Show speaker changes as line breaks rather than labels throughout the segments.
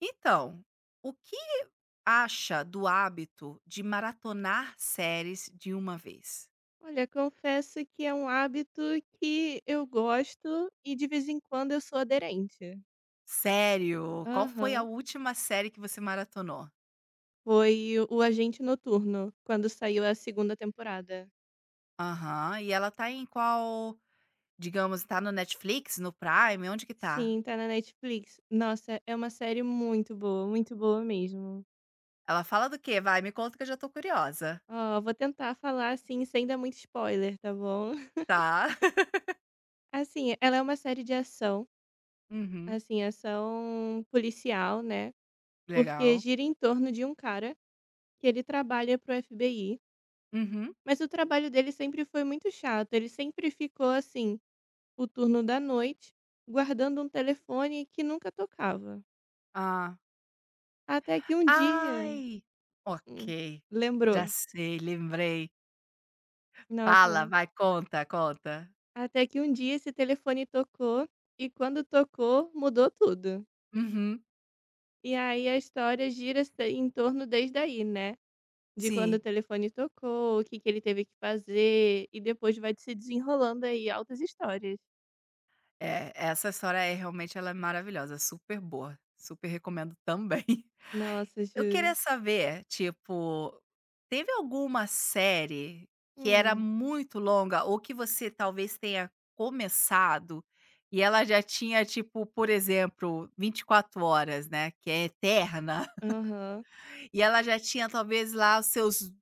Então, o que acha do hábito de maratonar séries de uma vez?
Olha, confesso que é um hábito que eu gosto e de vez em quando eu sou aderente.
Sério? Qual foi a
Aham.
última série que você maratonou?
Foi o Agente Noturno, quando saiu a segunda temporada.
Aham. E ela tá em qual, digamos, tá no Netflix, no Prime, onde que tá?
Sim, tá na Netflix. Nossa, é uma série muito boa mesmo.
Ela fala do quê? Vai, me conta que eu já tô curiosa.
Ó, vou tentar falar assim, sem dar muito spoiler, tá bom?
Tá.
Assim, ela é uma série de ação,
Uhum.
assim, ação policial, né? Porque
Legal.
gira em torno de um cara que ele trabalha pro FBI.
Uhum.
Mas o trabalho dele sempre foi muito chato, ele sempre ficou assim, o turno da noite, guardando um telefone que nunca tocava.
Ah.
Até que um dia
Ai!
hum,
Ok. Já
lembrou.
sei, lembrei. Fala,
Nossa,
vai, conta, conta.
até que um dia esse telefone tocou e quando tocou, mudou tudo.
Uhum.
E aí a história gira em torno desde aí, né? De quando o
Sim.
telefone tocou, o que, que ele teve que fazer, e depois vai se desenrolando aí altas histórias.
É, essa história é realmente ela é maravilhosa, super boa, super recomendo também.
Nossa,
Eu queria
juro.
saber, tipo, teve alguma série que era
Hum,
muito longa ou que você talvez tenha começado e ela já tinha, tipo, por exemplo, 24 horas, né, que é eterna,
aham.
e ela já tinha talvez lá os seus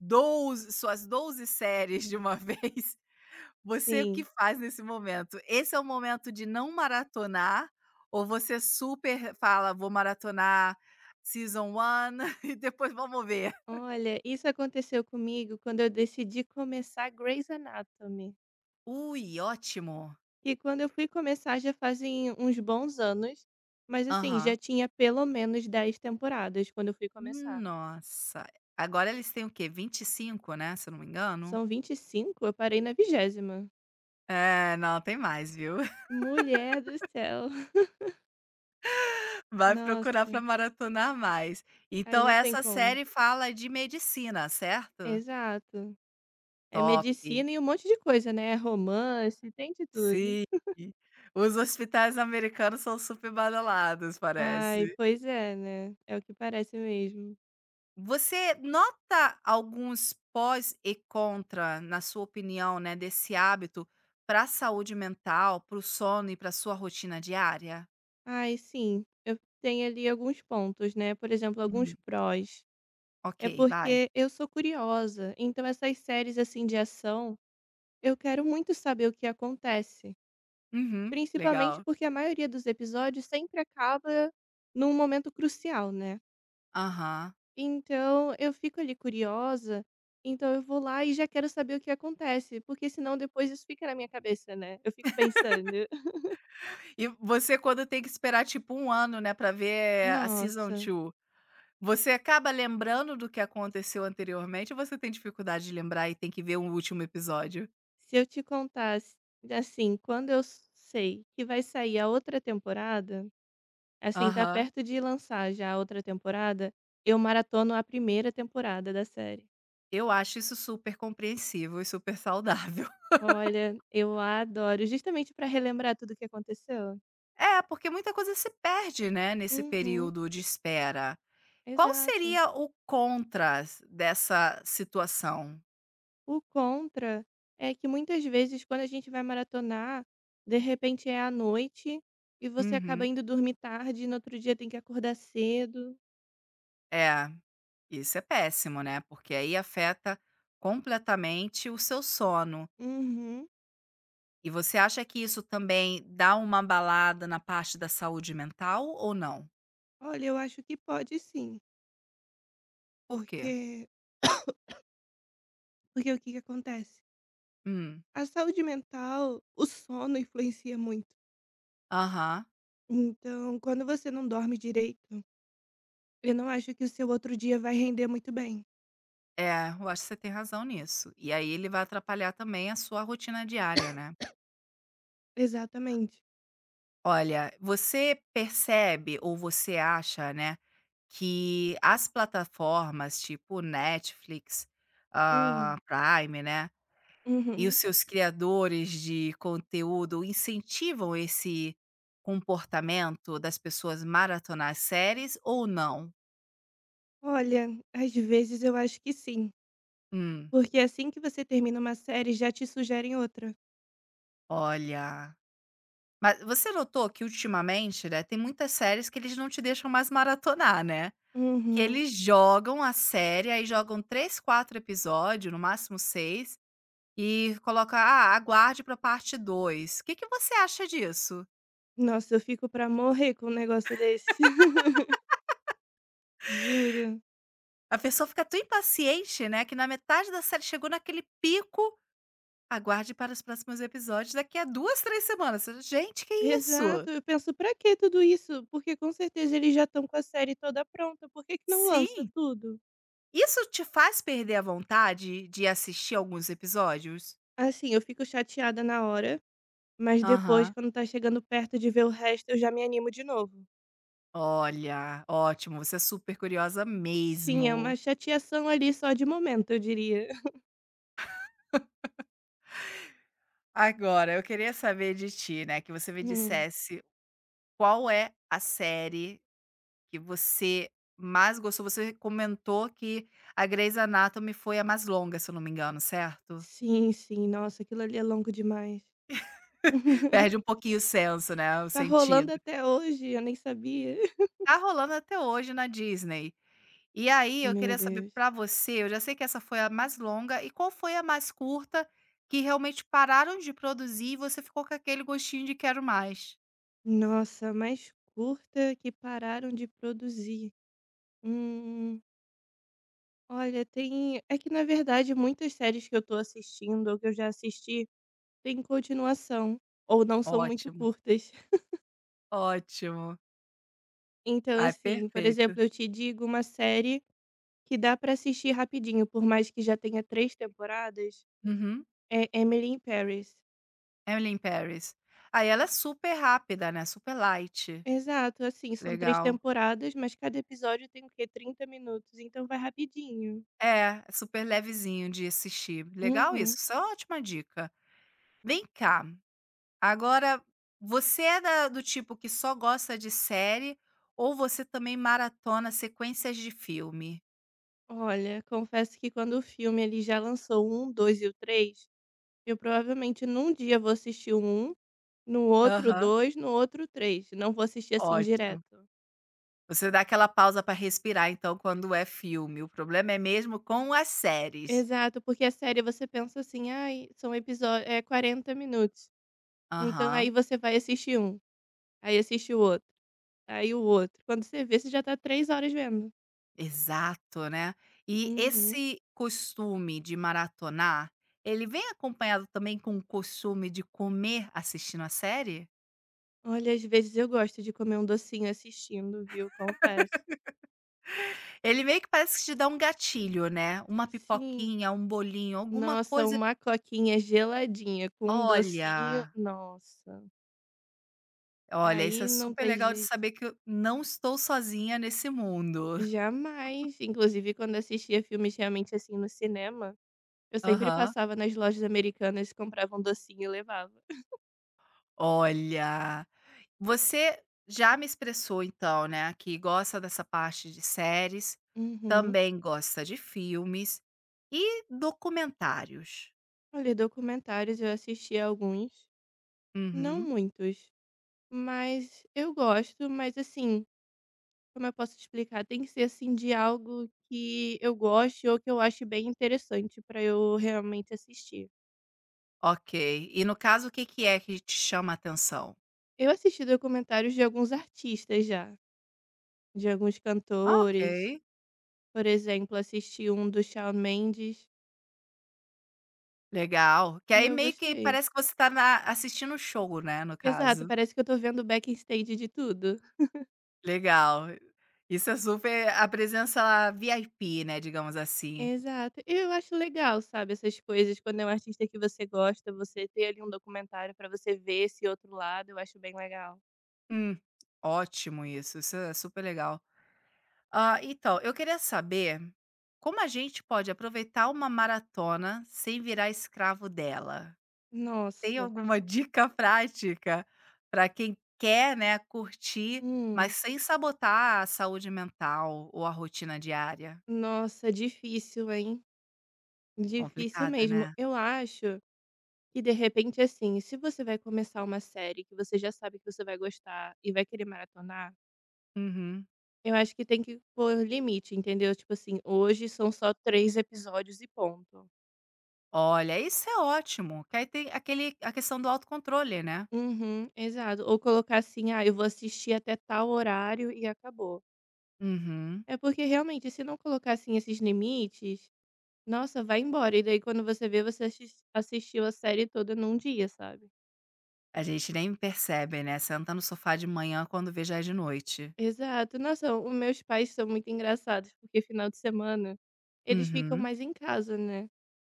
12 suas 12 séries de uma vez, você o que
Sim.
faz nesse momento? Esse é o momento de não maratonar ou você super fala: "Vou maratonar season one e depois vamos ver"?
Olha, isso aconteceu comigo quando eu decidi começar Grey's Anatomy.
Ui, ótimo.
E quando eu fui começar já fazem uns bons anos, mas assim, já
Aham.
tinha pelo menos 10 temporadas quando eu fui começar.
Nossa, agora eles têm o quê? 25, né, se eu não me engano?
São 25, eu parei na vigésima.
É, não, tem mais, viu.
Mulher do céu.
Vai procurar para
Nossa,
maratonar mais.
aí
Então
não tem
essa
como.
série fala de medicina, certo?
Exato. É
Top.
medicina e um monte de coisa, né? É romance, tem de tudo.
Sim, os hospitais americanos são super badalados,
Ai,
parece.
pois é, né? É o que parece mesmo.
Você nota alguns pós e contra, na sua opinião, né, desse hábito para a saúde mental, para o sono e para a sua rotina diária?
Ai, sim, eu tenho ali alguns pontos, né, por exemplo, alguns
Hum,
prós. É
ok, vai.
porque eu sou curiosa, então essas séries, assim, de ação, eu quero muito saber o que acontece.
Uhum,
Principalmente
legal.
porque a maioria dos episódios sempre acaba num momento crucial, né.
Aham.
Então eu fico ali curiosa, então eu vou lá e já quero saber o que acontece, porque senão depois isso fica na minha cabeça, né, eu fico pensando.
E você quando tem que esperar tipo um ano, né, para ver a season
Nossa.
2, você acaba lembrando do que aconteceu anteriormente ou você tem dificuldade de lembrar e tem que ver o último episódio?
Se eu te contasse, assim, quando eu s sei que vai sair a outra temporada, assim, tá
Aham.
perto de lançar já a outra temporada, eu maratono a primeira temporada da série.
Eu acho isso super compreensível e super saudável.
Olha, eu adoro, justamente pra relembrar tudo o que aconteceu.
É, porque muita coisa se perde, né, nesse
Uhum,
período de espera. Qual
exato.
seria o contra dessa situação?
O contra é que muitas vezes quando a gente vai maratonar, de repente é à noite e você acaba
Uhum.
indo dormir tarde e no outro dia tem que acordar cedo.
É, isso é péssimo, né, porque aí afeta completamente o seu sono.
Uhum.
E você acha que isso também dá uma balada na parte da saúde mental ou não?
Olha, eu acho que pode sim.
Por quê?
Porque porque o que que acontece?
Hum.
A saúde mental, o sono influencia muito.
Aham.
Então, quando você não dorme direito, eu não acho que o seu outro dia vai render muito bem.
É, eu acho que você tem razão nisso. E aí ele vai atrapalhar também a sua rotina diária, né.
Exatamente.
Olha, você percebe ou você acha, né, que as plataformas tipo Netflix, hã,
Hum,
Prime, né, e os
uhum.
seus criadores de conteúdo incentivam esse comportamento das pessoas maratonar séries ou não?
Olha, às vezes eu acho que sim,
Hum,
porque assim que você termina uma série, já te sugerem outra.
olha. Mas você notou que ultimamente, né, tem muitas séries que eles não te deixam mais maratonar, né? Que
Uhum.
eles jogam a série, aí jogam 3, 4 episódios, no máximo 6, e coloca, ah, aguarde pra parte dois. O que que você acha disso?
Nossa, eu fico pra morrer com um negócio desse. Juro.
A pessoa fica tão impaciente, né, que na metade da série chegou naquele pico, aguarde para os próximos episódios daqui a 2, 3 semanas. Você, gente, que isso?
Exato, eu penso: "Pra que tudo isso?" Porque com certeza eles já estão com a série toda pronta, por que que não lança
Sim.
tudo?
Isso te faz perder a vontade de assistir alguns episódios?
Assim, eu fico chateada na hora, mas depois
Aham.
quando tá chegando perto de ver o resto, eu já me animo de novo.
Olha, ótimo, você é super curiosa
Sim, é
mesmo.
uma chateação ali só de momento, eu diria.
Agora, eu queria saber de ti, né, que você me
Hum.
dissesse qual é a série que você mais gostou. Você comentou que a Grey's Anatomy foi a mais longa, se eu não me engano, certo?
Sim, sim, nossa, aquilo ali é longo demais.
Perde um pouquinho o senso, né, o
Tá rolando
sentido.
até hoje, eu nem sabia.
Tá rolando até hoje na Disney. E aí eu
Meu
queria saber
Deus.
pra você, eu já sei que essa foi a mais longa, e qual foi a mais curta que realmente pararam de produzir e você ficou com aquele gostinho de "quero mais"?
Nossa, mais curta que pararam de produzir. Hum. Olha, tem é que na verdade muitas séries que eu tô assistindo ou que eu já assisti têm continuação ou não são muito
Ótimo,
curtas.
ótimo.
Então
Ai,
assim, por
perfeito.
exemplo, eu te digo uma série que dá pra assistir rapidinho, por mais que já tenha 3 temporadas,
Uhum.
é Emily in Paris.
Emily in Paris. Aí ela é super rápida, né, super light.
Exato, assim, são 3
Legal.
temporadas, mas cada episódio tem o quê? 30 minutos, então vai rapidinho.
É, é super levezinho de assistir. Legal isso,
Uhum.
isso é uma ótima dica. Vem cá. Agora, você é da do tipo que só gosta de série ou você também maratona sequências de filme?
Olha, confesso que quando o filme ele já lançou o 1, 2 e o 3, eu provavelmente num dia vou assistir o 1. No outro
Aham,
2, no outro 3. Não vou assistir, assim,
ótimo.
direto.
Você dá aquela pausa para respirar, então, quando é filme. O problema é mesmo com as séries.
Exato, porque a série você pensa assim: "Ai, são episo é 40 minutos". Então aí
Aham,
você vai assistir um, aí assiste o outro, aí o outro. Quando você vê, você já tá 3 horas vendo.
exato, né. E
Uhum.
esse costume de maratonar, ele vem acompanhado também com o costume de comer assistindo a série?
Olha, às vezes eu gosto de comer um docinho assistindo, viu, confesso.
Ele meio que parece que te dá um gatilho, né. Uma
Sim.
pipoquinha, um bolinho, alguma
Nossa,
coisa.
uma coquinha geladinha com um docinho,
Olha,
nossa,
olha, isso é
aí não
super
tem
legal de
jeito.
saber que eu não estou sozinha nesse mundo.
Jamais. Inclusive, quando assistia filmes realmente assim no cinema, eu sempre
Aham.
passava nas lojas americanas, comprava um docinho e levava.
Olha, você já me expressou então, né, que gosta dessa parte de séries,
Uhum.
também gosta de filmes e documentários.
Olha, documentários eu assisti alguns, não
Uhum,
muitos, mas eu gosto, mas assim, como eu posso explicar, tem que ser assim de algo que eu goste ou que eu ache bem interessante pra eu realmente assistir.
ok. E no caso, o que que é que te chama a atenção?
Eu assisti documentários de alguns artistas já, de alguns
Ah, ok,
cantores, por exemplo, assisti um do Shawn Mendes.
legal. Que
E
aí
eu
meio que
gostei.
parece que você tá na assistindo o show, né, no
Exato,
caso.
parece que eu tô vendo o backstage de tudo.
Legal. Isso é super a presença VIP, né, digamos assim.
Exato. E eu acho legal, sabe, essas coisas, quando é um artista que você gosta, você ter ali um documentário pra você ver esse outro lado, eu acho bem legal.
Hum, ótimo isso, isso é super legal. Ah, então, eu queria saber como a gente pode aproveitar uma maratona sem virar escravo dela. Tem
Nossa.
alguma dica prática para quem quer, né, curtir, mas
Hum.
sem sabotar a saúde mental ou a rotina diária?
Nossa, difícil, hein? Difícil
Complicada,
mesmo.
né?
Eu acho que, de repente, assim, se você vai começar uma série que você já sabe que você vai gostar e vai querer maratonar,
Uhum.
eu acho que tem que pôr limite, entendeu? Tipo assim, hoje são só 3 episódios e ponto.
Olha, isso é ótimo, que aí tem aquele a questão do autocontrole, né.
Uhum, exato. Ou colocar assim: "Ah, eu vou assistir até tal horário e acabou".
Uhum.
É porque realmente se não colocar assim esses limites, nossa, vai embora. E daí quando você vê, você assistiu a série toda num dia, sabe.
A gente nem percebe, né, senta no sofá de manhã quando vê já é de noite.
Exato. Nossa, os meus pais são muito engraçados, porque final de semana eles ficam
Uhum.
mais em casa, né.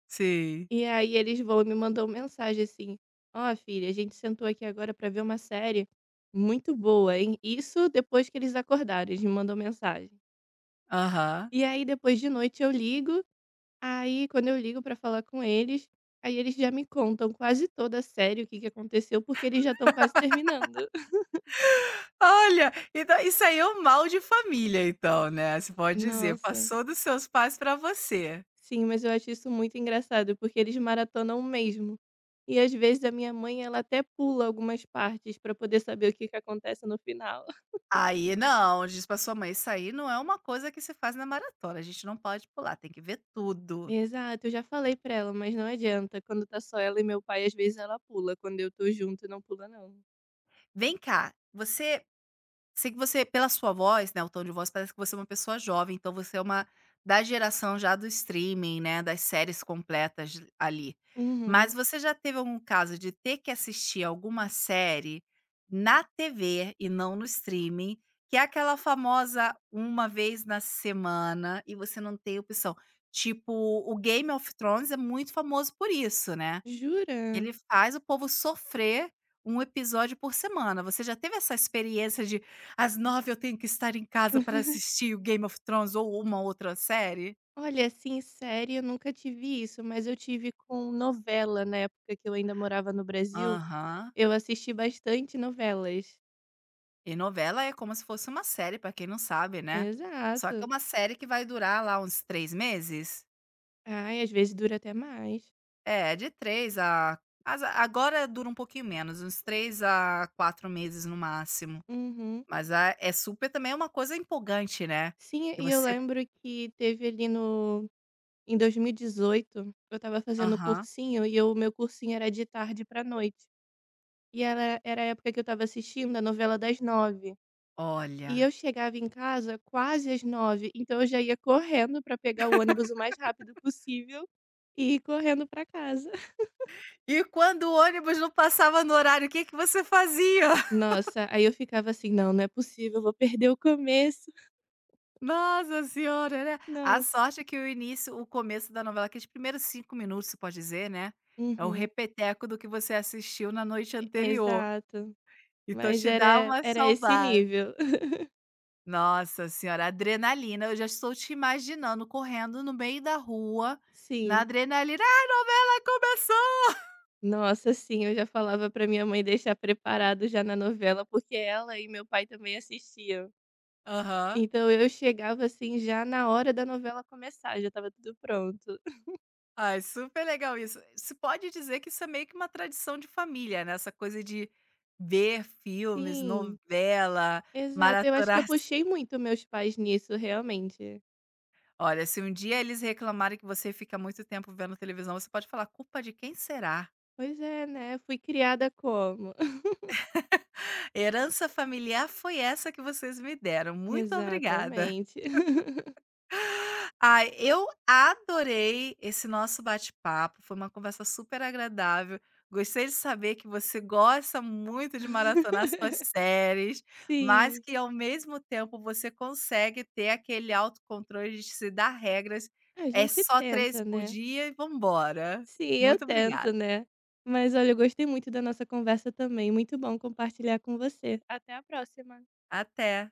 Sim.
E aí eles vão e me mandam mensagem assim: "Ó filha, a gente sentou aqui agora pra ver uma série muito boa, hein". Isso depois que eles acordarem eles me mandam mensagem.
Aham.
E aí depois de noite eu ligo, aí quando eu ligo pra falar com eles, aí eles já me contam quase toda a série, o que que aconteceu, porque eles já estão quase terminando.
Olha, então isso aí é um mal de família então, né, se pode dizer,
Nossa,
passou dos seus pais pra você.
sim, mas eu acho isso muito engraçado, porque eles maratonam mesmo. E às vezes a minha mãe, ela até pula algumas partes pra poder saber o que que acontece no final.
Aí não, diz pra sua mãe: "Isso aí não é uma coisa que se faz na maratona, a gente não pode pular, tem que ver tudo".
Exato, eu já falei pra ela, mas não adianta. Quando tá só ela e meu pai, às vezes ela pula. Quando eu tô junto, não pula, não.
Vem cá, você. Sei que você, pela sua voz, né, o tom de voz, parece que você é uma pessoa jovem, então você é uma da geração já do streaming, né, das séries completas ali. Mas
Uhum.
você já teve algum caso de ter que assistir alguma série na TV e não no streaming, que é aquela famosa uma vez na semana e você não tem opção? Tipo, o Game of Thrones é muito famoso por isso, né?
Jura?
Ele faz o povo sofrer um episódio por semana. Você já teve essa experiência de: "Às 9 eu tenho que estar em casa para assistir o Game of Thrones ou uma outra série?"
Olha, assim, série eu nunca tive isso, mas eu tive com novela na época que eu ainda morava no Brasil,
Aham.
eu assisti bastante novelas.
E novela é como se fosse uma série, pra quem não sabe, né. Só que é
Exato.
uma série que vai durar lá uns 3 meses.
Ai, às vezes dura até mais.
É, de 3 a as agora dura um pouquinho menos, uns 3 a 4 meses no máximo.
Uhum.
Mas a é super também é uma coisa empolgante, né,
Sim,
que
e eu
você
lembro que teve ali no em 2018, eu estava fazendo
aham.
cursinho e o meu cursinho era de tarde pra noite. E era a época que eu estava assistindo a novela das 9. E eu
Olha.
chegava em casa quase às 9, então eu já ia correndo para pegar o ônibus o mais rápido possível e ir correndo para casa.
E quando o ônibus não passava no horário, o que que você fazia?
Nossa, aí eu ficava assim: "Não, não é possível, eu vou perder o começo".
Nossa senhora, né. A
Nossa.
sorte é que o começo da novela, aqueles primeiros 5 minutos, se pode dizer, né, é o
Uhum.
repeteco do que você assistiu na noite
E
anterior,
exato.
então
Mas
te dá
era
uma
era esse
salvada.
nível.
Nossa senhora, adrenalina, eu já estou te imaginando correndo no meio da rua, na
Sim.
adrenalina: "Ah, a novela começou!"
Nossa, sim, eu já falava para minha mãe deixar preparado já na novela, porque ela e meu pai também assistiam.
Aham.
Então eu chegava, assim, já na hora da novela começar, já estava tudo pronto.
Ai, super legal isso. Se pode dizer que isso é meio que uma tradição de família, né, essa coisa de ver filmes,
Sim.
novela,
Exato, eu acho que eu
maratonar.
puxei muito meus pais nisso, realmente.
Olha, se um dia eles reclamarem que você fica muito tempo vendo televisão, você pode falar: "Culpa de quem será?
Pois é, né, fui criada como?
Herança familiar foi essa que vocês me deram, muito obrigada".
Exatamente.
Ah, eu adorei esse nosso bate-papo, foi uma conversa super agradável. Gostei de saber que você gosta muito de maratonar suas séries, mas
Sim,
que ao mesmo tempo você consegue ter aquele autocontrole de se dar regras.
a
É
gente
só 3
tenta,
por
né.
dia e vambora.
Sim, eu
Muito obrigada.
tento, né. Mas olha, eu gostei muito da nossa conversa também, muito bom compartilhar com você. Até a próxima.
Até.